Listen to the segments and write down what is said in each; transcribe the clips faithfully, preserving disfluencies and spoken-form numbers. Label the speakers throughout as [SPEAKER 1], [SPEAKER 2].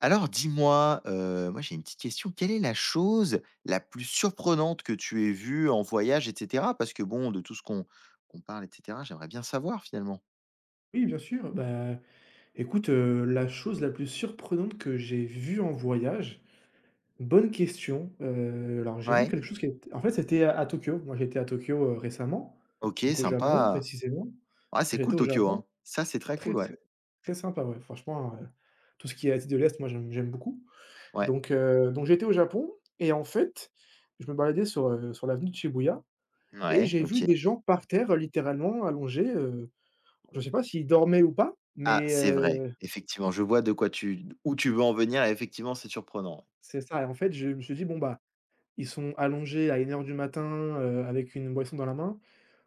[SPEAKER 1] Alors dis-moi, heu, moi j'ai une petite question, quelle est la chose la plus surprenante que tu aies vue en voyage et cetera? Parce que bon, de tout ce qu'on qu'on parle et cetera, j'aimerais bien savoir finalement.
[SPEAKER 2] Oui, bien sûr. Bah, écoute, heu, la chose la plus surprenante que j'ai vue en voyage, bonne question. Heu, alors j'ai vu
[SPEAKER 1] Ouais,
[SPEAKER 2] quelque chose qui était en fait, c'était à à Tokyo. Moi, j'étais à Tokyo, heu, récemment,
[SPEAKER 1] OK,
[SPEAKER 2] donc au Japon
[SPEAKER 1] sympa.
[SPEAKER 2] précisément. Moi,
[SPEAKER 1] Ouais, c'est
[SPEAKER 2] j'étais
[SPEAKER 1] cool
[SPEAKER 2] au
[SPEAKER 1] Tokyo,
[SPEAKER 2] Japon,
[SPEAKER 1] hein. Ça, c'est très
[SPEAKER 2] très,
[SPEAKER 1] cool, ouais.
[SPEAKER 2] très, très sympa, ouais, franchement, heu, tout ce qui est Asie de l'Est, moi j'aime j'aime beaucoup.
[SPEAKER 1] Ouais.
[SPEAKER 2] Donc heu, donc j'étais au Japon et en fait, je me baladais sur, heu, sur l'avenue de Shibuya et
[SPEAKER 1] Ouais,
[SPEAKER 2] j'ai vu
[SPEAKER 1] OK.
[SPEAKER 2] des gens par terre, euh, littéralement allongés, heu, je ne sais pas s'ils dormaient ou pas,
[SPEAKER 1] Ah,
[SPEAKER 2] mais
[SPEAKER 1] c'est vrai.
[SPEAKER 2] heu
[SPEAKER 1] Effectivement, je vois de quoi tu où tu veux en venir et effectivement, c'est surprenant.
[SPEAKER 2] C'est ça et en fait, je me suis dit: «Bon, bah, ils sont allongés à une heure du matin, heu, avec une boisson dans la main».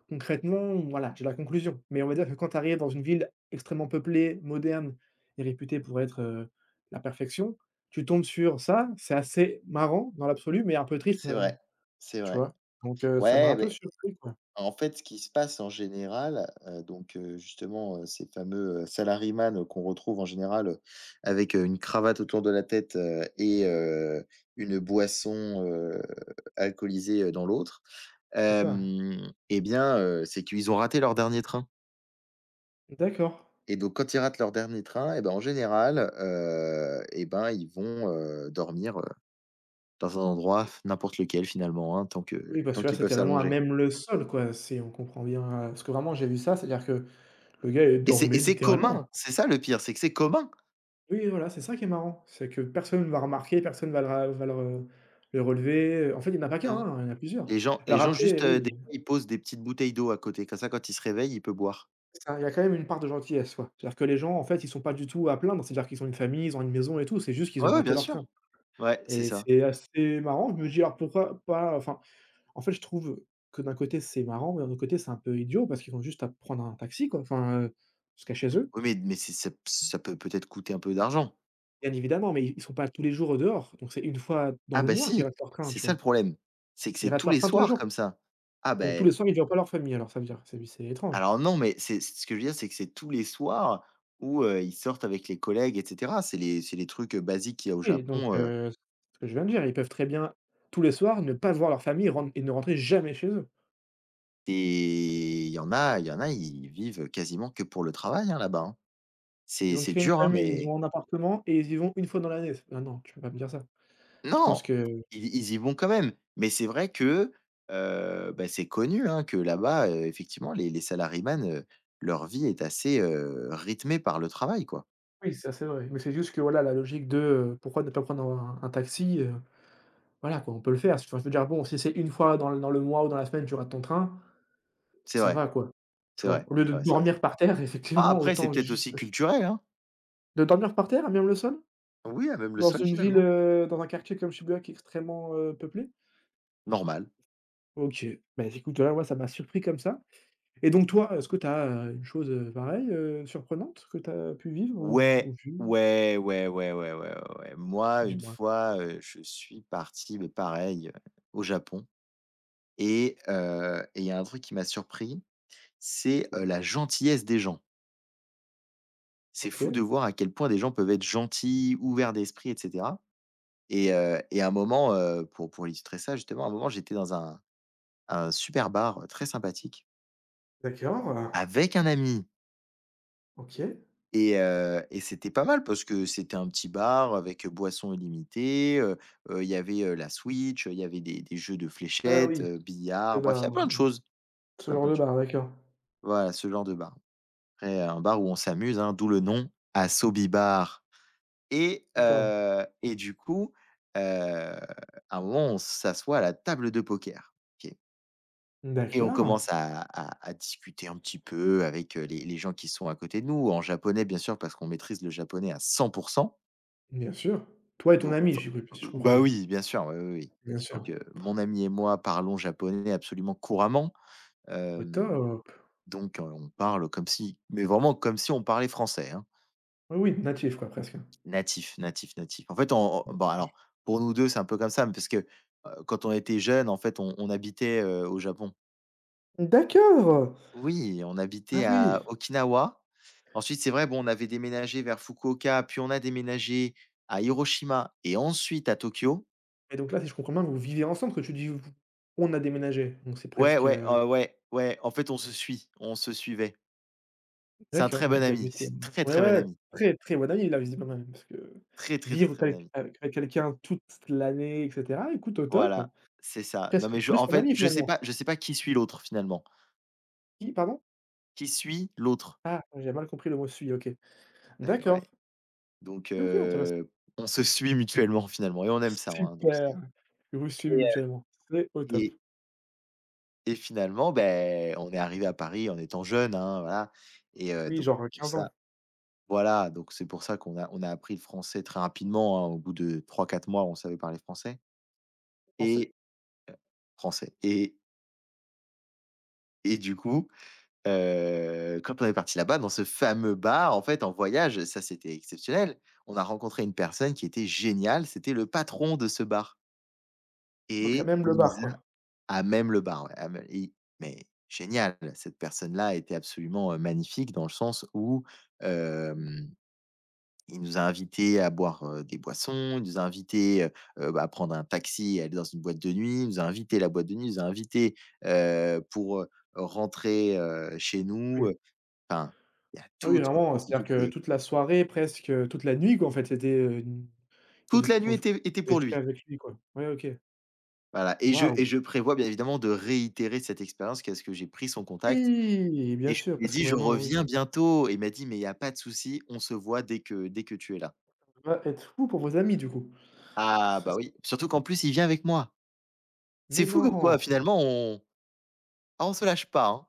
[SPEAKER 2] Concrètement, voilà, j'ai la conclusion, mais on va dire que quand tu arrives dans une ville extrêmement peuplée, moderne et réputée pour être, heu, la perfection, tu tombes sur ça. C'est assez marrant dans l'absolu, mais un peu triste,
[SPEAKER 1] C'est
[SPEAKER 2] heu,
[SPEAKER 1] vrai, c'est
[SPEAKER 2] tu
[SPEAKER 1] vrai.
[SPEAKER 2] vois? Donc heu, ça m'a un
[SPEAKER 1] Ouais,
[SPEAKER 2] peu
[SPEAKER 1] mais.
[SPEAKER 2] surpris, quoi.
[SPEAKER 1] En fait, ce qui se passe en général, heu, donc heu, justement, heu, ces fameux, heu, salaryman, heu, qu'on retrouve en général, heu, avec, heu, une cravate autour de la tête, heu et heu, une boisson, heu, alcoolisée, heu, dans l'autre,
[SPEAKER 2] C'est ça.
[SPEAKER 1] hem et bien, heu, c'est qu'ils ont raté leur dernier train
[SPEAKER 2] D'accord.
[SPEAKER 1] et donc quand ils ratent leur dernier train et ben, en général, heu et ben, ils vont, heu, dormir, heu, dans un endroit, n'importe lequel finalement, hein, tant que
[SPEAKER 2] Oui, parce
[SPEAKER 1] tant
[SPEAKER 2] que là,
[SPEAKER 1] qu'ils peuvent
[SPEAKER 2] c'était vraiment à
[SPEAKER 1] s'allonger
[SPEAKER 2] même le sol, quoi, si on comprend bien, heu, parce que vraiment j'ai vu ça, c'est-à-dire que le gars, il
[SPEAKER 1] et c'est et
[SPEAKER 2] dormait
[SPEAKER 1] c'est
[SPEAKER 2] littéralement.
[SPEAKER 1] commun, c'est ça le pire, c'est que c'est commun,
[SPEAKER 2] Oui, voilà, c'est ça qui est marrant. C'est que personne ne va remarquer, personne va le ra va le re le relever, en fait, il y en a pas qu'un,
[SPEAKER 1] non?
[SPEAKER 2] hein, il y en a plusieurs.
[SPEAKER 1] Les gens les
[SPEAKER 2] Alors
[SPEAKER 1] gens
[SPEAKER 2] après,
[SPEAKER 1] juste, heu, des
[SPEAKER 2] oui,
[SPEAKER 1] fois, ils posent des petites bouteilles d'eau à côté, comme ça, quand il se réveille, il peut boire.
[SPEAKER 2] ça il y a quand même une part de gentillesse, quoi. C'est-à-dire que les gens, en fait, ils sont pas du tout à plaindre, c'est-à-dire qu'ils ont une famille, ils ont une maison et tout, c'est juste qu'ils ont
[SPEAKER 1] Ouais, ouais,
[SPEAKER 2] raté
[SPEAKER 1] bien
[SPEAKER 2] leur
[SPEAKER 1] sûr.
[SPEAKER 2] train
[SPEAKER 1] Ouais, c'est
[SPEAKER 2] et
[SPEAKER 1] ça.
[SPEAKER 2] c'est assez marrant. Je me dis: «Alors pourquoi pas?» enfin, en fait, je trouve que d'un côté, c'est marrant, mais d'un autre côté, c'est un peu idiot parce qu'ils vont juste à prendre un taxi, quoi, enfin, heu, jusqu'à chez eux,
[SPEAKER 1] Oui, mais mais c'est ça ça peut peut-être coûter un peu d'argent.
[SPEAKER 2] bien évidemment, mais ils ils sont pas tous les jours dehors, donc c'est une fois dans
[SPEAKER 1] Ah
[SPEAKER 2] le
[SPEAKER 1] bah,
[SPEAKER 2] mois qu'ils
[SPEAKER 1] si,
[SPEAKER 2] ratent leur train,
[SPEAKER 1] c'est
[SPEAKER 2] tu
[SPEAKER 1] ça
[SPEAKER 2] vois?
[SPEAKER 1] le problème. C'est que
[SPEAKER 2] Ils
[SPEAKER 1] c'est
[SPEAKER 2] ratent
[SPEAKER 1] tous
[SPEAKER 2] leur
[SPEAKER 1] les
[SPEAKER 2] train tous les
[SPEAKER 1] soirs
[SPEAKER 2] jours.
[SPEAKER 1] comme ça. Ah
[SPEAKER 2] Donc tous
[SPEAKER 1] ben,
[SPEAKER 2] les soirs, ils voient pas leur famille alors ça veut dire c'est c'est étrange.
[SPEAKER 1] alors non, mais c'est ce que je veux dire, c'est que c'est tous les soirs où, heu, ils sortent avec les collègues et cetera. C'est les c'est les trucs, heu, basiques qu'il y a au
[SPEAKER 2] Oui donc
[SPEAKER 1] Japon, heu
[SPEAKER 2] heu, ce que je viens de dire, ils peuvent très bien tous les soirs ne pas voir leur famille et ren et ne rentrer jamais chez eux.
[SPEAKER 1] et il y en a il y en a, ils vivent quasiment que pour le travail, hein, là-bas, hein.
[SPEAKER 2] Ils
[SPEAKER 1] C'est
[SPEAKER 2] ont
[SPEAKER 1] c'est
[SPEAKER 2] créé une
[SPEAKER 1] dur, hein,
[SPEAKER 2] famille, ils
[SPEAKER 1] mais.
[SPEAKER 2] ont un appartement et ils y vont une fois dans l'année. Ah non, tu peux pas me dire ça. Je pense
[SPEAKER 1] Non!
[SPEAKER 2] que
[SPEAKER 1] Ils ils y vont quand même, mais c'est vrai que, heu, bah, c'est connu, hein, que là-bas, heu, effectivement, les les salarymans, heu, leur vie est assez, heu, rythmée par le travail, quoi.
[SPEAKER 2] oui, ça c'est vrai, mais c'est juste que voilà la logique de, heu, pourquoi ne pas prendre un un taxi, heu, voilà quoi, on peut le faire. Enfin je veux dire bon, si c'est une fois dans le dans le mois ou dans la semaine, tu rates ton train,
[SPEAKER 1] C'est
[SPEAKER 2] ça
[SPEAKER 1] vrai,
[SPEAKER 2] va quoi, tu
[SPEAKER 1] c'est
[SPEAKER 2] vois?
[SPEAKER 1] vrai,
[SPEAKER 2] Au lieu de
[SPEAKER 1] c'est vrai, c'est vrai.
[SPEAKER 2] dormir par terre
[SPEAKER 1] Ah,
[SPEAKER 2] effectivement,
[SPEAKER 1] après, c'est
[SPEAKER 2] autant
[SPEAKER 1] peut-être
[SPEAKER 2] juste
[SPEAKER 1] aussi culturel, hein?
[SPEAKER 2] de dormir par terre, même le sol?
[SPEAKER 1] Oui, ah, même le
[SPEAKER 2] Dans
[SPEAKER 1] sol,
[SPEAKER 2] une ville,
[SPEAKER 1] finalement.
[SPEAKER 2] heu, dans un quartier comme Shibuya qui est extrêmement, heu, peuplé?
[SPEAKER 1] Normal.
[SPEAKER 2] OK. Bah, écoute, voilà, moi, ça m'a surpris comme ça et donc toi, est-ce que tu as, heu, une chose, heu, pareille, heu, surprenante que tu as pu vivre ou v ou
[SPEAKER 1] Ouais,
[SPEAKER 2] vu?
[SPEAKER 1] ouais, ouais, ouais, ouais, ouais, ouais, ouais. Moi, une
[SPEAKER 2] Dis-moi.
[SPEAKER 1] fois, heu, je suis parti, mais pareil, heu, au Japon et heu et il y a un truc qui m'a surpris, c'est, heu, la gentillesse des gens. C'est fou
[SPEAKER 2] OK,
[SPEAKER 1] de voir à quel point des gens peuvent être gentils, ouverts d'esprit et cetera et heu et à un moment, heu, pour pour illustrer ça justement, à un moment, j'étais dans un un super bar, heu, très sympathique
[SPEAKER 2] d'accord, heu,
[SPEAKER 1] avec un ami
[SPEAKER 2] OK.
[SPEAKER 1] et heu et c'était pas mal parce que c'était un petit bar avec, heu, boissons illimitées, heu heu, il y avait, heu, la Switch, il y avait des des jeux de
[SPEAKER 2] Ah
[SPEAKER 1] fléchettes,
[SPEAKER 2] oui,
[SPEAKER 1] heu,
[SPEAKER 2] ce
[SPEAKER 1] billard, bref, il y
[SPEAKER 2] bar,
[SPEAKER 1] a plein de
[SPEAKER 2] mmh,
[SPEAKER 1] choses,
[SPEAKER 2] ce
[SPEAKER 1] plein,
[SPEAKER 2] genre
[SPEAKER 1] plein
[SPEAKER 2] de
[SPEAKER 1] de choses.
[SPEAKER 2] bar, d'accord.
[SPEAKER 1] Voilà, ce genre de bar. Après un bar où on s'amuse, hein, d'où le nom, Assobi Bar. Et
[SPEAKER 2] D'accord.
[SPEAKER 1] heu et du coup, heu, à un moment, on s'assoit à la table de poker. OK. Et on
[SPEAKER 2] D'accord,
[SPEAKER 1] commence à à à discuter un petit peu avec, heu, les les gens qui sont à côté de nous, en japonais, bien sûr, parce qu'on maîtrise le japonais à cent.
[SPEAKER 2] bien sûr. Toi et ton
[SPEAKER 1] Donc
[SPEAKER 2] ami,
[SPEAKER 1] enfin,
[SPEAKER 2] si oui, si je
[SPEAKER 1] heu,
[SPEAKER 2] comprends
[SPEAKER 1] bah,
[SPEAKER 2] bien?
[SPEAKER 1] oui, bien sûr, oui, oui, oui.
[SPEAKER 2] Bien sûr.
[SPEAKER 1] Donc heu, mon ami et moi parlons japonais absolument couramment,
[SPEAKER 2] Au
[SPEAKER 1] hem,
[SPEAKER 2] top.
[SPEAKER 1] donc heu, on parle comme si mais vraiment comme si on parlait français, hein.
[SPEAKER 2] Oui, oui, natif quoi, presque.
[SPEAKER 1] Natif, natif, natif. En fait, on on bon, alors, pour nous deux, c'est un peu comme ça, mais parce que, heu, quand on était jeunes, en fait, on on habitait, heu, au Japon.
[SPEAKER 2] D'accord!
[SPEAKER 1] Oui, on
[SPEAKER 2] Ah
[SPEAKER 1] habitait à
[SPEAKER 2] oui!
[SPEAKER 1] Okinawa. Ensuite, c'est vrai, bon, on avait déménagé vers Fukuoka, puis on a déménagé à Hiroshima et ensuite à Tokyo.
[SPEAKER 2] Et donc là, si je comprends bien, vous vivez ensemble, parce que tu dis: «Vous on a déménagé», donc c'est
[SPEAKER 1] Ouais,
[SPEAKER 2] presque,
[SPEAKER 1] ouais,
[SPEAKER 2] heu
[SPEAKER 1] heu, ouais, ouais, en fait, on se suit, on se suivait. C'est un
[SPEAKER 2] d'accord,
[SPEAKER 1] très
[SPEAKER 2] donc
[SPEAKER 1] bon
[SPEAKER 2] vous
[SPEAKER 1] ami,
[SPEAKER 2] habitez euh,
[SPEAKER 1] c'est très,
[SPEAKER 2] ouais,
[SPEAKER 1] très
[SPEAKER 2] ouais,
[SPEAKER 1] bon
[SPEAKER 2] ouais,
[SPEAKER 1] ami.
[SPEAKER 2] très, très bonne amie là, visiblement, même, parce que
[SPEAKER 1] Très, très, très,
[SPEAKER 2] vivre
[SPEAKER 1] très bon
[SPEAKER 2] avec
[SPEAKER 1] ami.
[SPEAKER 2] avec avec quelqu'un toute l'année et cetera, écoute, au top,
[SPEAKER 1] Voilà, c'est ça. Non,
[SPEAKER 2] presque
[SPEAKER 1] mais je
[SPEAKER 2] plus
[SPEAKER 1] en
[SPEAKER 2] qu'un
[SPEAKER 1] fait,
[SPEAKER 2] ami
[SPEAKER 1] je sais
[SPEAKER 2] finalement.
[SPEAKER 1] pas je sais pas qui suit l'autre, finalement.
[SPEAKER 2] Qui, pardon?
[SPEAKER 1] Qui suit l'autre?
[SPEAKER 2] Ah, j'ai mal compris le mot «suis», OK.
[SPEAKER 1] D'acc Ouais.
[SPEAKER 2] D'accord.
[SPEAKER 1] Donc
[SPEAKER 2] OK, OK, intéressant.
[SPEAKER 1] heu, on se suit mutuellement finalement et on aime ça, hein, donc
[SPEAKER 2] Super,
[SPEAKER 1] c'est
[SPEAKER 2] vous vous suivez
[SPEAKER 1] Et heu
[SPEAKER 2] mutuellement, c'est au top.
[SPEAKER 1] et et finalement, ben on est arrivé à Paris en étant jeune, hein, voilà et heu,
[SPEAKER 2] Oui,
[SPEAKER 1] donc
[SPEAKER 2] genre,
[SPEAKER 1] c'est
[SPEAKER 2] heu,
[SPEAKER 1] pour
[SPEAKER 2] quinze ans,
[SPEAKER 1] ça voilà, donc c'est pour ça qu'on a on a appris le français très rapidement, hein. Au bout de trois quatre mois, on savait parler français
[SPEAKER 2] vous pensez?
[SPEAKER 1] et français et et du coup, heu, quand on est parti là-bas dans ce fameux bar, en fait, en voyage, ça c'était exceptionnel. On a rencontré une personne qui était géniale, c'était le patron de ce bar
[SPEAKER 2] Donc heu,
[SPEAKER 1] et
[SPEAKER 2] même le
[SPEAKER 1] il nous.
[SPEAKER 2] bar, quoi.
[SPEAKER 1] À même le bar, ouais, à même et mais génial! Cette personne-là était absolument, heu, magnifique dans le sens où, hem, il nous a invités à boire, heu, des boissons, il nous a invités, heu heu, bah, à prendre un taxi et aller dans une boîte de nuit, il nous a invités à la boîte de nuit, il nous a invités, heu, pour, heu, rentrer, heu, chez nous,
[SPEAKER 2] Oui.
[SPEAKER 1] enfin, il y a
[SPEAKER 2] Ah oui,
[SPEAKER 1] tout, tout,
[SPEAKER 2] vraiment,
[SPEAKER 1] tout,
[SPEAKER 2] heu,
[SPEAKER 1] tout,
[SPEAKER 2] c'est-à-dire
[SPEAKER 1] tout
[SPEAKER 2] que
[SPEAKER 1] payé.
[SPEAKER 2] toute la soirée, presque, heu, toute la nuit, quoi, en fait, c'était, heu, une Et
[SPEAKER 1] Toute
[SPEAKER 2] vous t
[SPEAKER 1] la
[SPEAKER 2] enfin,
[SPEAKER 1] nuit
[SPEAKER 2] vous
[SPEAKER 1] était était pour
[SPEAKER 2] êtes
[SPEAKER 1] lui.
[SPEAKER 2] avec lui, quoi? Ouais, OK.
[SPEAKER 1] Voilà et je
[SPEAKER 2] Waouh!
[SPEAKER 1] et je prévois bien évidemment de réitérer cette expérience jusqu'à ce que j'ai pris son contact.
[SPEAKER 2] Oui,
[SPEAKER 1] Et
[SPEAKER 2] bien
[SPEAKER 1] je
[SPEAKER 2] sûr,
[SPEAKER 1] lui ai
[SPEAKER 2] parce que
[SPEAKER 1] dit: «Je
[SPEAKER 2] maintenant, oui,
[SPEAKER 1] reviens bientôt» et il m'a dit: «Mais il y a pas de souci, on se voit dès que dès que tu es là».
[SPEAKER 2] ça doit être fou pour vos amis, du coup.
[SPEAKER 1] Ah
[SPEAKER 2] Ça s
[SPEAKER 1] bah oui, surtout qu'en plus il vient avec moi. C'est
[SPEAKER 2] Mais
[SPEAKER 1] fou comme
[SPEAKER 2] non!
[SPEAKER 1] quoi finalement on ah on se lâche pas, hein.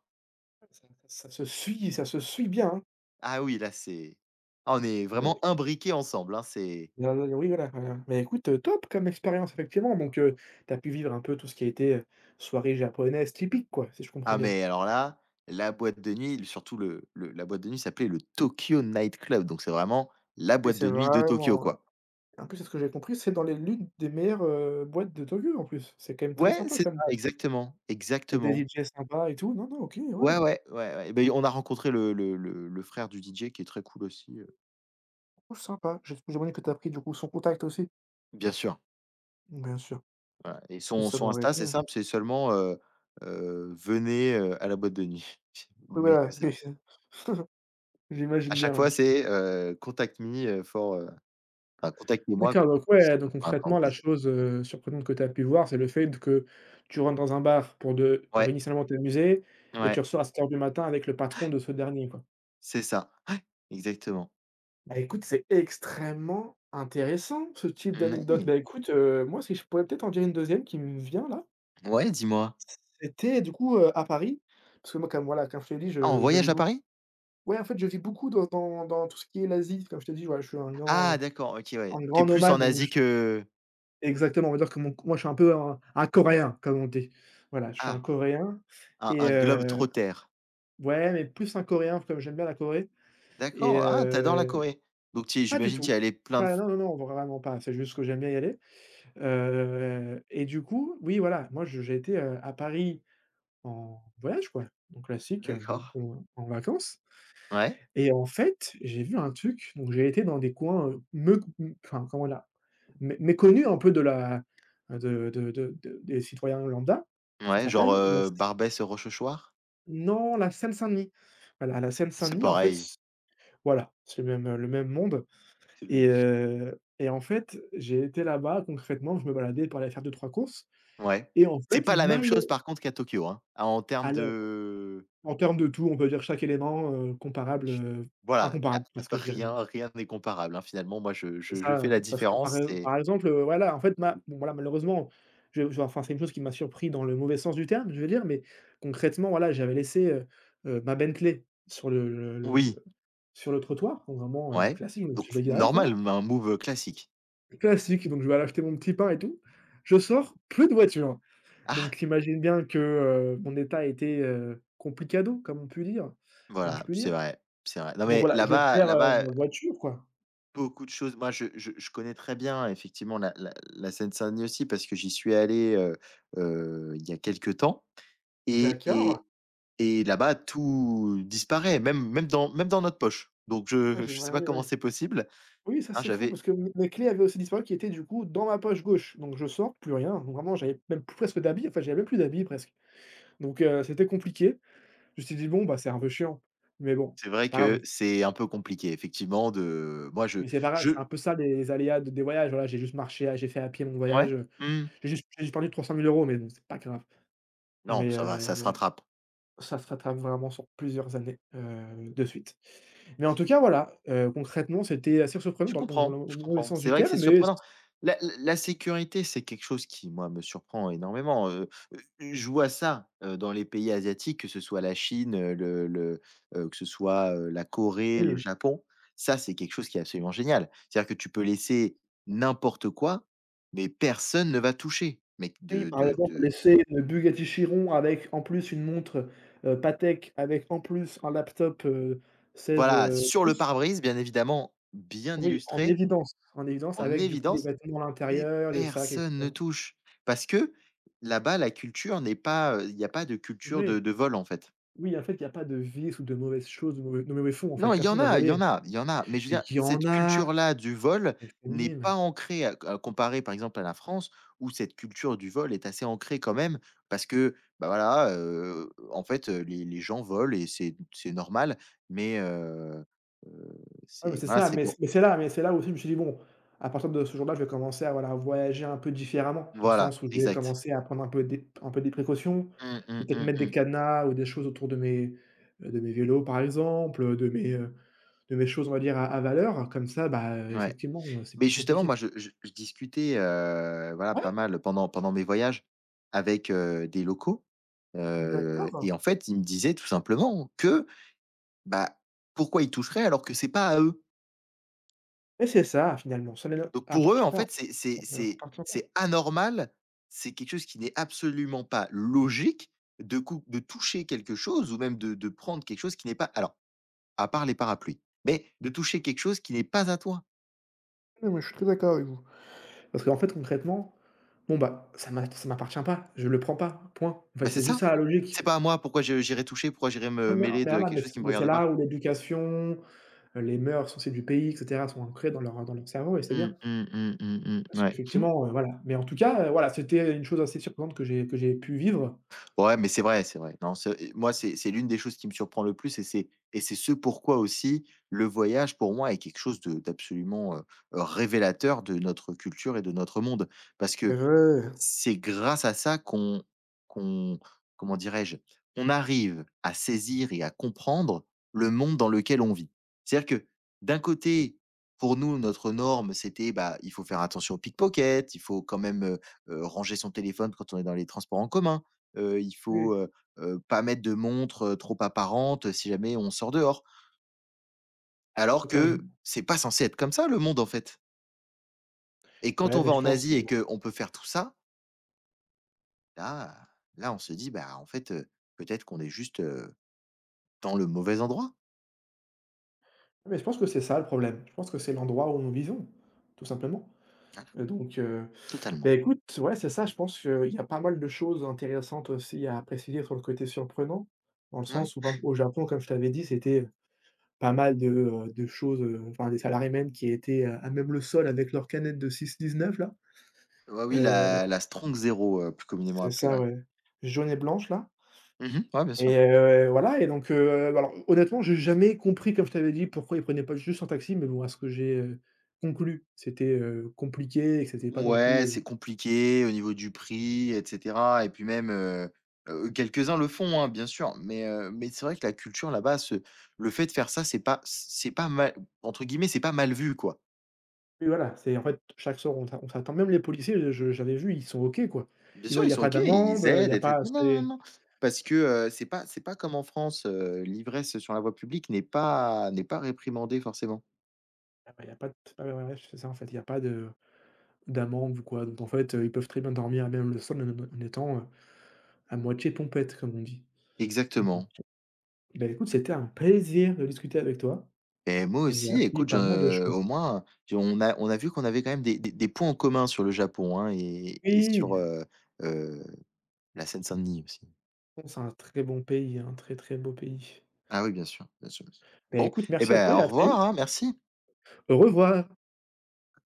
[SPEAKER 2] Ça ça se suit ça se suit bien, hein?
[SPEAKER 1] Ah oui, là c'est ah on est
[SPEAKER 2] Mais
[SPEAKER 1] vraiment imbriqués ensemble, hein, c'est
[SPEAKER 2] non, non, oui, voilà, voilà. Mais écoute, heu, top comme expérience, effectivement, donc heu, tu as pu vivre un peu tout ce qui a été, heu, soirée japonaise typique, quoi, si je comprends
[SPEAKER 1] ah
[SPEAKER 2] bien?
[SPEAKER 1] mais alors là, la boîte de nuit, surtout le le la boîte de nuit s'appelait le Tokyo Night Club, donc c'est vraiment la
[SPEAKER 2] Oui,
[SPEAKER 1] boîte
[SPEAKER 2] c'est
[SPEAKER 1] de nuit de Tokyo,
[SPEAKER 2] vraiment, heu
[SPEAKER 1] quoi.
[SPEAKER 2] en plus, de ce que j'ai compris, c'est dans les l'une des meilleures, heu, boîtes de Tokyo, en plus. C'est quand même très
[SPEAKER 1] Ouais,
[SPEAKER 2] sympa
[SPEAKER 1] c'est
[SPEAKER 2] comme
[SPEAKER 1] ça,
[SPEAKER 2] boîte.
[SPEAKER 1] exactement,
[SPEAKER 2] Il y a des
[SPEAKER 1] exactement.
[SPEAKER 2] D J sympas et tout. Non, non, OK,
[SPEAKER 1] Ouais,
[SPEAKER 2] ouais.
[SPEAKER 1] ouais, ouais, ouais. Et beh, on a rencontré le le le le frère du D J qui est très cool aussi, heu,
[SPEAKER 2] Oh sympa, j'ai j'aimerais que tu as pris du coup son contact aussi?
[SPEAKER 1] bien sûr.
[SPEAKER 2] Bien sûr,
[SPEAKER 1] Voilà et
[SPEAKER 2] oui
[SPEAKER 1] son
[SPEAKER 2] ça
[SPEAKER 1] son
[SPEAKER 2] m'aurait aidé,
[SPEAKER 1] Insta, c'est
[SPEAKER 2] ouais.
[SPEAKER 1] simple, c'est seulement, heu heu, «venez, heu, à la boîte de nuit».
[SPEAKER 2] Oui
[SPEAKER 1] Mais que
[SPEAKER 2] voilà, oui
[SPEAKER 1] ça. À
[SPEAKER 2] j'imagine
[SPEAKER 1] chaque
[SPEAKER 2] bien, ouais.
[SPEAKER 1] fois, c'est, heu, «contact me, heu, for, heu» enfin «contactez-moi».
[SPEAKER 2] D'accord donc ouais, donc
[SPEAKER 1] Enfin,
[SPEAKER 2] concrètement la
[SPEAKER 1] parenthèse.
[SPEAKER 2] chose, heu, surprenante que tu as pu voir, c'est le fait que tu rentres dans un bar pour de pour
[SPEAKER 1] Ouais,
[SPEAKER 2] initialement t'amuser et tu
[SPEAKER 1] ouais,
[SPEAKER 2] ressors à sept heures du matin avec le patron de ce dernier, quoi.
[SPEAKER 1] c'est ça. Ouais, exactement.
[SPEAKER 2] Bah écoute, c'est extrêmement intéressant ce type d'anecdote.
[SPEAKER 1] Mmh,
[SPEAKER 2] Bah écoute, heu, moi si je pourrais peut-être en dire une deuxième qui me vient là.
[SPEAKER 1] ouais, dis-moi.
[SPEAKER 2] C'était du coup, heu, à Paris, parce que moi comme voilà, comme je te l'ai dit,
[SPEAKER 1] Ah, en
[SPEAKER 2] je je vis
[SPEAKER 1] voyage à
[SPEAKER 2] beaucoup.
[SPEAKER 1] Paris?
[SPEAKER 2] Ouais, en fait, je vis beaucoup dans dans dans tout ce qui est l'Asie. Comme je t'ai dit, voilà, je suis un grand,
[SPEAKER 1] Ah
[SPEAKER 2] heu,
[SPEAKER 1] d'accord, OK, ouais.
[SPEAKER 2] un
[SPEAKER 1] T'es
[SPEAKER 2] grand
[SPEAKER 1] plus
[SPEAKER 2] nomade,
[SPEAKER 1] en
[SPEAKER 2] donc
[SPEAKER 1] Asie
[SPEAKER 2] je
[SPEAKER 1] que
[SPEAKER 2] exactement, on va dire que mon moi, je suis un peu un un coréen, comme on dit. Voilà, je suis un
[SPEAKER 1] ah,
[SPEAKER 2] coréen
[SPEAKER 1] un
[SPEAKER 2] et
[SPEAKER 1] un globe
[SPEAKER 2] heu
[SPEAKER 1] trotter.
[SPEAKER 2] ouais, mais plus un coréen, comme j'aime bien la Corée et
[SPEAKER 1] D'accord, ah, t'adores la
[SPEAKER 2] heu
[SPEAKER 1] Corée. Donc tu y
[SPEAKER 2] pas du
[SPEAKER 1] j'imagine que tu
[SPEAKER 2] tout.
[SPEAKER 1] y es allé plein de
[SPEAKER 2] Pas
[SPEAKER 1] f
[SPEAKER 2] Non, non, non, vraiment pas. C'est juste que j'aime bien y aller, heu et du coup, oui, voilà, moi, je j'ai été, heu, à Paris en voyage, quoi, donc classique, heu,
[SPEAKER 1] d'accord.
[SPEAKER 2] en en vacances.
[SPEAKER 1] Ouais,
[SPEAKER 2] Et en fait, j'ai vu un truc, donc j'ai été dans des coins, heu, me m enfin, comment dire? Mé méconnus un peu de la de de de de des citoyens lambda. Ça
[SPEAKER 1] ouais, genre,
[SPEAKER 2] s'appelle la s
[SPEAKER 1] heu, Barbès, heu, Rochechouart?
[SPEAKER 2] non, la Seine-Saint-Denis. Voilà, la
[SPEAKER 1] C'est
[SPEAKER 2] Seine-Saint-Denis, en fait,
[SPEAKER 1] pareil.
[SPEAKER 2] c voilà, c'est le même, heu, le même monde
[SPEAKER 1] C'est
[SPEAKER 2] et
[SPEAKER 1] le.
[SPEAKER 2] heu et en fait, j'ai été là-bas, concrètement, je me baladais pour aller faire deux trois courses
[SPEAKER 1] Ouais.
[SPEAKER 2] et en
[SPEAKER 1] C'est
[SPEAKER 2] fait,
[SPEAKER 1] pas la même
[SPEAKER 2] mal
[SPEAKER 1] chose par contre qu'à Tokyo, hein. Ah, en termes
[SPEAKER 2] alors,
[SPEAKER 1] de
[SPEAKER 2] en termes de tout, on peut dire chaque élément, heu, comparable,
[SPEAKER 1] ch
[SPEAKER 2] heu,
[SPEAKER 1] voilà, il
[SPEAKER 2] incomparable, voilà ce que je dirais.
[SPEAKER 1] y a rien rien n'est comparable, hein, finalement. Moi, je
[SPEAKER 2] C'est
[SPEAKER 1] je je fais
[SPEAKER 2] ça,
[SPEAKER 1] la
[SPEAKER 2] parce que par
[SPEAKER 1] différence,
[SPEAKER 2] e
[SPEAKER 1] c'est
[SPEAKER 2] par exemple, heu, voilà, en fait, ma bon, voilà, malheureusement, je je enfin, c'est une chose qui m'a surpris dans le mauvais sens du terme, je veux dire, mais concrètement, voilà, j'avais laissé, heu heu, ma Bentley sur le le le
[SPEAKER 1] oui,
[SPEAKER 2] le sur le trottoir, donc vraiment, heu,
[SPEAKER 1] ouais,
[SPEAKER 2] classique, donc je
[SPEAKER 1] donc
[SPEAKER 2] l'ai garée quoi.
[SPEAKER 1] normal, mais un move, heu, classique.
[SPEAKER 2] Classique, donc je vais aller acheter mon petit pain et tout. Je sors, plus de voiture, donc
[SPEAKER 1] Ah!
[SPEAKER 2] tu imagines bien que, heu, mon état était, heu, complicado, comme on peut dire comme je
[SPEAKER 1] Voilà,
[SPEAKER 2] peux
[SPEAKER 1] c'est
[SPEAKER 2] dire.
[SPEAKER 1] vrai, c'est vrai. Non
[SPEAKER 2] Donc
[SPEAKER 1] mais
[SPEAKER 2] voilà, je
[SPEAKER 1] là-bas
[SPEAKER 2] perds, heu,
[SPEAKER 1] là-bas, heu,
[SPEAKER 2] ma voiture, quoi.
[SPEAKER 1] beaucoup de choses moi, je je je connais très bien effectivement la la la Seine-Saint-Denis aussi parce que j'y suis allé, heu heu, il y a quelque temps. Et
[SPEAKER 2] D'accord.
[SPEAKER 1] et et là-bas, tout disparaît, même même dans même dans notre poche. Donc
[SPEAKER 2] Ah
[SPEAKER 1] je
[SPEAKER 2] j'ai
[SPEAKER 1] je
[SPEAKER 2] ouais,
[SPEAKER 1] sais pas
[SPEAKER 2] oui,
[SPEAKER 1] comment
[SPEAKER 2] oui.
[SPEAKER 1] c'est possible.
[SPEAKER 2] Oui, ça
[SPEAKER 1] Hein,
[SPEAKER 2] c'est fou
[SPEAKER 1] j'avais
[SPEAKER 2] parce que m mes clés avaient aussi disparu qui étaient du coup dans ma poche gauche. Donc je sors, plus rien, donc vraiment j'avais même plus presque d'habits, enfin j'avais même plus d'habits presque. Donc heu, c'était compliqué. Je me suis dit: «Bon, bah, c'est un peu chiant, mais bon,
[SPEAKER 1] c'est
[SPEAKER 2] c'est
[SPEAKER 1] vrai
[SPEAKER 2] pas grave».
[SPEAKER 1] que c'est un peu compliqué effectivement de moi je
[SPEAKER 2] Mais c'est pas grave, c'est
[SPEAKER 1] je
[SPEAKER 2] un peu ça les les aléas de des voyages, voilà, j'ai juste marché, ah, j'ai fait à pied mon
[SPEAKER 1] ouais?
[SPEAKER 2] voyage,
[SPEAKER 1] Mmh.
[SPEAKER 2] j'ai juste j'ai juste perdu trois cent mille €, mais bon, c'est pas grave.
[SPEAKER 1] Non,
[SPEAKER 2] Mais
[SPEAKER 1] ça va, ça se
[SPEAKER 2] heu,
[SPEAKER 1] rattrape.
[SPEAKER 2] ça se rattrape vraiment sur plusieurs années, heu, de suite. Mais en tout cas, voilà, heu, concrètement, c'était assez surprenant
[SPEAKER 1] Je
[SPEAKER 2] dans le donc dans le
[SPEAKER 1] comprends, je
[SPEAKER 2] mauvais
[SPEAKER 1] comprends.
[SPEAKER 2] sens
[SPEAKER 1] C'est
[SPEAKER 2] du
[SPEAKER 1] vrai que c'est
[SPEAKER 2] terme, mais
[SPEAKER 1] surprenant. La la la sécurité, c'est quelque chose qui, moi, me surprend énormément, heu, heu, je vois ça, heu, dans les pays asiatiques, que ce soit la Chine, heu, le le, heu, que ce soit, heu, la Corée, le Japon. Ça, c'est quelque chose qui est absolument génial. C'est-à-dire que tu peux laisser n'importe quoi, mais personne ne va toucher. Mais
[SPEAKER 2] Oui,
[SPEAKER 1] de
[SPEAKER 2] par
[SPEAKER 1] de
[SPEAKER 2] exemple,
[SPEAKER 1] de
[SPEAKER 2] laisser une Bugatti Chiron avec en plus une montre, heu, Patek, avec en plus un laptop, heu, seize,
[SPEAKER 1] Voilà,
[SPEAKER 2] heu,
[SPEAKER 1] sur le
[SPEAKER 2] pouces.
[SPEAKER 1] pare-brise, bien évidemment, bien
[SPEAKER 2] Oui, en
[SPEAKER 1] illustré,
[SPEAKER 2] évidence, en évidence
[SPEAKER 1] en
[SPEAKER 2] avec du coup des
[SPEAKER 1] évidence.
[SPEAKER 2] vêtements à
[SPEAKER 1] Mais
[SPEAKER 2] l'intérieur, des sacs et
[SPEAKER 1] personne ne
[SPEAKER 2] cetera.
[SPEAKER 1] touche parce que là-bas, la culture n'est pas, il n'y a pas de
[SPEAKER 2] C'est
[SPEAKER 1] culture de
[SPEAKER 2] vrai.
[SPEAKER 1] de vol, en fait.
[SPEAKER 2] Oui, en fait, il y a pas de vice ou de mauvaises choses, de mauvais de mauvais fonds en fait,
[SPEAKER 1] Non, il y en
[SPEAKER 2] personne n'a
[SPEAKER 1] a il y
[SPEAKER 2] volé.
[SPEAKER 1] en a il y en a, mais je veux
[SPEAKER 2] Mais
[SPEAKER 1] dire,
[SPEAKER 2] il y en
[SPEAKER 1] cette
[SPEAKER 2] a,
[SPEAKER 1] culture-là du vol
[SPEAKER 2] mais c'est
[SPEAKER 1] n'est
[SPEAKER 2] minime.
[SPEAKER 1] pas ancrée à à comparée, par exemple, à la France où cette culture du vol est assez ancrée quand même parce que, bah, voilà, heu, en fait, heu, les les gens volent et c'est c'est normal, mais heu heu,
[SPEAKER 2] Ah ouais mais
[SPEAKER 1] c'est
[SPEAKER 2] c'est
[SPEAKER 1] voilà,
[SPEAKER 2] ça,
[SPEAKER 1] c'est
[SPEAKER 2] mais
[SPEAKER 1] pour
[SPEAKER 2] mais c'est là mais c'est là aussi je me suis dit: «Bon, à partir de ce jour-là, je vais commencer à, voilà, voyager un peu différemment». Dans le sens
[SPEAKER 1] voilà,
[SPEAKER 2] où je vais
[SPEAKER 1] exact.
[SPEAKER 2] commencer à prendre un peu des un peu des précautions,
[SPEAKER 1] Mmh, mmh,
[SPEAKER 2] peut-être
[SPEAKER 1] mmh,
[SPEAKER 2] mettre des
[SPEAKER 1] mmh.
[SPEAKER 2] cadenas ou des choses autour de mes, heu, de mes vélos par exemple, heu, de mes, heu, de mes choses on va dire à à valeur. Comme ça, bah, heu,
[SPEAKER 1] Ouais.
[SPEAKER 2] effectivement, heu, c'est
[SPEAKER 1] Mais
[SPEAKER 2] plus
[SPEAKER 1] justement,
[SPEAKER 2] compliqué.
[SPEAKER 1] moi, je je je discutais, heu, voilà, pas
[SPEAKER 2] Ouais,
[SPEAKER 1] mal pendant pendant mes voyages avec, heu, des locaux, heu
[SPEAKER 2] d'accord
[SPEAKER 1] et en fait, ils me disaient tout simplement que, bah, pourquoi ils toucheraient alors que c'est pas à eux?
[SPEAKER 2] et c'est ça finalement, ça ne leur
[SPEAKER 1] Donc pour eux,
[SPEAKER 2] appartient
[SPEAKER 1] en
[SPEAKER 2] pas en
[SPEAKER 1] fait,
[SPEAKER 2] fait,
[SPEAKER 1] c'est c'est
[SPEAKER 2] ça ne leur
[SPEAKER 1] c'est
[SPEAKER 2] appartient pas.
[SPEAKER 1] c'est anormal, c'est quelque chose qui n'est absolument pas logique de cou de toucher quelque chose ou même de de prendre quelque chose qui n'est pas alors, à part les parapluies, mais de toucher quelque chose qui n'est pas à toi.
[SPEAKER 2] Non mais je suis très d'accord avec vous. Parce qu'en fait concrètement, bon bah, ça m'a ça m'appartient pas, je le prends pas, point. En fait,
[SPEAKER 1] Bah, c'est
[SPEAKER 2] c'est juste
[SPEAKER 1] ça.
[SPEAKER 2] ça la logique.
[SPEAKER 1] C'est pas à moi, pourquoi je j'irais toucher, pourquoi j'irais
[SPEAKER 2] Oui,
[SPEAKER 1] me
[SPEAKER 2] mais
[SPEAKER 1] mêler
[SPEAKER 2] mais
[SPEAKER 1] de
[SPEAKER 2] voilà,
[SPEAKER 1] quelque
[SPEAKER 2] mais
[SPEAKER 1] chose
[SPEAKER 2] c'est
[SPEAKER 1] qui me
[SPEAKER 2] mais c'est
[SPEAKER 1] regarde pas?
[SPEAKER 2] là où l'éducation, heu, les mœurs aussi du pays et cetera sont ancrées dans leur dans leur cerveau et c'est bien.
[SPEAKER 1] Mmh, mmh, mmh, mmh, mmh,
[SPEAKER 2] Parce
[SPEAKER 1] ouais.
[SPEAKER 2] qu'effectivement, heu, voilà. Mais en tout cas, heu, voilà, c'était une chose assez surprenante que j'ai que j'ai pu vivre.
[SPEAKER 1] Ouais, mais c'est vrai, c'est vrai. Non, c'est moi, c'est c'est l'une des choses qui me surprend le plus et c'est et c'est ce pourquoi aussi le voyage, pour moi, est quelque chose de d'absolument, heu, révélateur de notre culture et de notre monde. Parce que
[SPEAKER 2] Heureux!
[SPEAKER 1] c'est grâce à ça qu'on qu'on. Comment dirais-je? On arrive à saisir et à comprendre le monde dans lequel on vit. C'est-à-dire que d'un côté, pour nous, notre norme, c'était, bah, il faut faire attention aux pickpockets, il faut quand même, heu heu, ranger son téléphone quand on est dans les transports en commun, heu, il
[SPEAKER 2] Oui, oui,
[SPEAKER 1] faut, heu heu, pas mettre de montre, heu, trop apparente si jamais on sort dehors. Alors que
[SPEAKER 2] totalement.
[SPEAKER 1] c'est pas censé être comme ça le monde, en fait et quand
[SPEAKER 2] Ouais,
[SPEAKER 1] on
[SPEAKER 2] mais
[SPEAKER 1] va
[SPEAKER 2] je
[SPEAKER 1] en
[SPEAKER 2] pense
[SPEAKER 1] Asie
[SPEAKER 2] que
[SPEAKER 1] et qu'on peut faire tout ça, là, là, on se dit: «Bah, en fait, heu, peut-être qu'on est juste, heu, dans le mauvais endroit».
[SPEAKER 2] mais je pense que c'est ça le problème. Je pense que c'est l'endroit où nous vivons, tout simplement.
[SPEAKER 1] Voilà.
[SPEAKER 2] Heu, donc heu,
[SPEAKER 1] Totalement.
[SPEAKER 2] beh, écoute, ouais, c'est ça, je pense qu'il y a pas mal de choses intéressantes aussi à préciser sur le côté surprenant, dans le
[SPEAKER 1] Ouais.
[SPEAKER 2] sens où, par exemple, au Japon, comme je t'avais dit, c'était, heu Pas mal de, heu, de choses, heu, enfin des salariés même qui étaient, heu, à même le sol avec leurs canettes de six dix-neuf là.
[SPEAKER 1] Ouais, oui,
[SPEAKER 2] Heu,
[SPEAKER 1] la la strong Zero, heu, plus communément
[SPEAKER 2] c'est
[SPEAKER 1] appelée,
[SPEAKER 2] ça
[SPEAKER 1] ouais.
[SPEAKER 2] ouais, jaune et blanche là
[SPEAKER 1] Mmh. Ouais, bien sûr.
[SPEAKER 2] et heu, voilà et donc heu, alors honnêtement, j'ai jamais compris comme je t'avais dit pourquoi ils prenaient pas juste un taxi, mais bon à ce que j'ai, heu, conclu, c'était, heu, compliqué et que c'était pas non plus,
[SPEAKER 1] Ouais,
[SPEAKER 2] heu
[SPEAKER 1] c'est compliqué au niveau du prix et cetera et puis même, heu heu, quelques-uns le font, hein, bien sûr, mais heu, mais c'est vrai que la culture là-bas se le fait de faire ça, c'est pas c'est pas mal entre guillemets, «c'est pas mal vu», quoi.
[SPEAKER 2] oui voilà, c'est en fait chaque soir on s'a on s'attend même les policiers je j'avais vu, ils sont OK quoi.
[SPEAKER 1] Bien
[SPEAKER 2] Ils voient
[SPEAKER 1] sûr,
[SPEAKER 2] Il
[SPEAKER 1] ils
[SPEAKER 2] y a
[SPEAKER 1] sont
[SPEAKER 2] pas
[SPEAKER 1] OK,
[SPEAKER 2] d'amende,
[SPEAKER 1] ils
[SPEAKER 2] heu, il y
[SPEAKER 1] aident
[SPEAKER 2] a
[SPEAKER 1] et tu
[SPEAKER 2] pas
[SPEAKER 1] non, non, non,
[SPEAKER 2] c'est
[SPEAKER 1] non, parce que, heu, c'est pas c'est pas comme en France, heu, l'ivresse sur la voie publique n'est pas n'est pas réprimandée forcément.
[SPEAKER 2] ah bah, il y a pas de ouais, ouais, ouais, c'est ça en fait, il y a pas de D'amande ou quoi, donc en fait, heu, ils peuvent très bien dormir même le sol en en étant, heu, à moitié pompette comme on dit. Donc
[SPEAKER 1] Exactement
[SPEAKER 2] bah, écoute, c'était un plaisir de discuter avec toi.
[SPEAKER 1] et moi
[SPEAKER 2] J'ai
[SPEAKER 1] aussi
[SPEAKER 2] appris
[SPEAKER 1] écoute,
[SPEAKER 2] pas mal de
[SPEAKER 1] je
[SPEAKER 2] choses.
[SPEAKER 1] au moins, je on a on a vu qu'on avait quand même des des des points en commun sur le Japon, hein et et sur,
[SPEAKER 2] Oui,
[SPEAKER 1] heu heu, la Seine-Saint-Denis aussi.
[SPEAKER 2] c'est un très bon pays, un très, très beau pays.
[SPEAKER 1] Ah oui, bien sûr, bien sûr, bien sûr.
[SPEAKER 2] Bah,
[SPEAKER 1] Bon
[SPEAKER 2] écoute,
[SPEAKER 1] et
[SPEAKER 2] merci à toi
[SPEAKER 1] ben,
[SPEAKER 2] et
[SPEAKER 1] au
[SPEAKER 2] à très vite.
[SPEAKER 1] revoir, hein, merci.
[SPEAKER 2] Au revoir.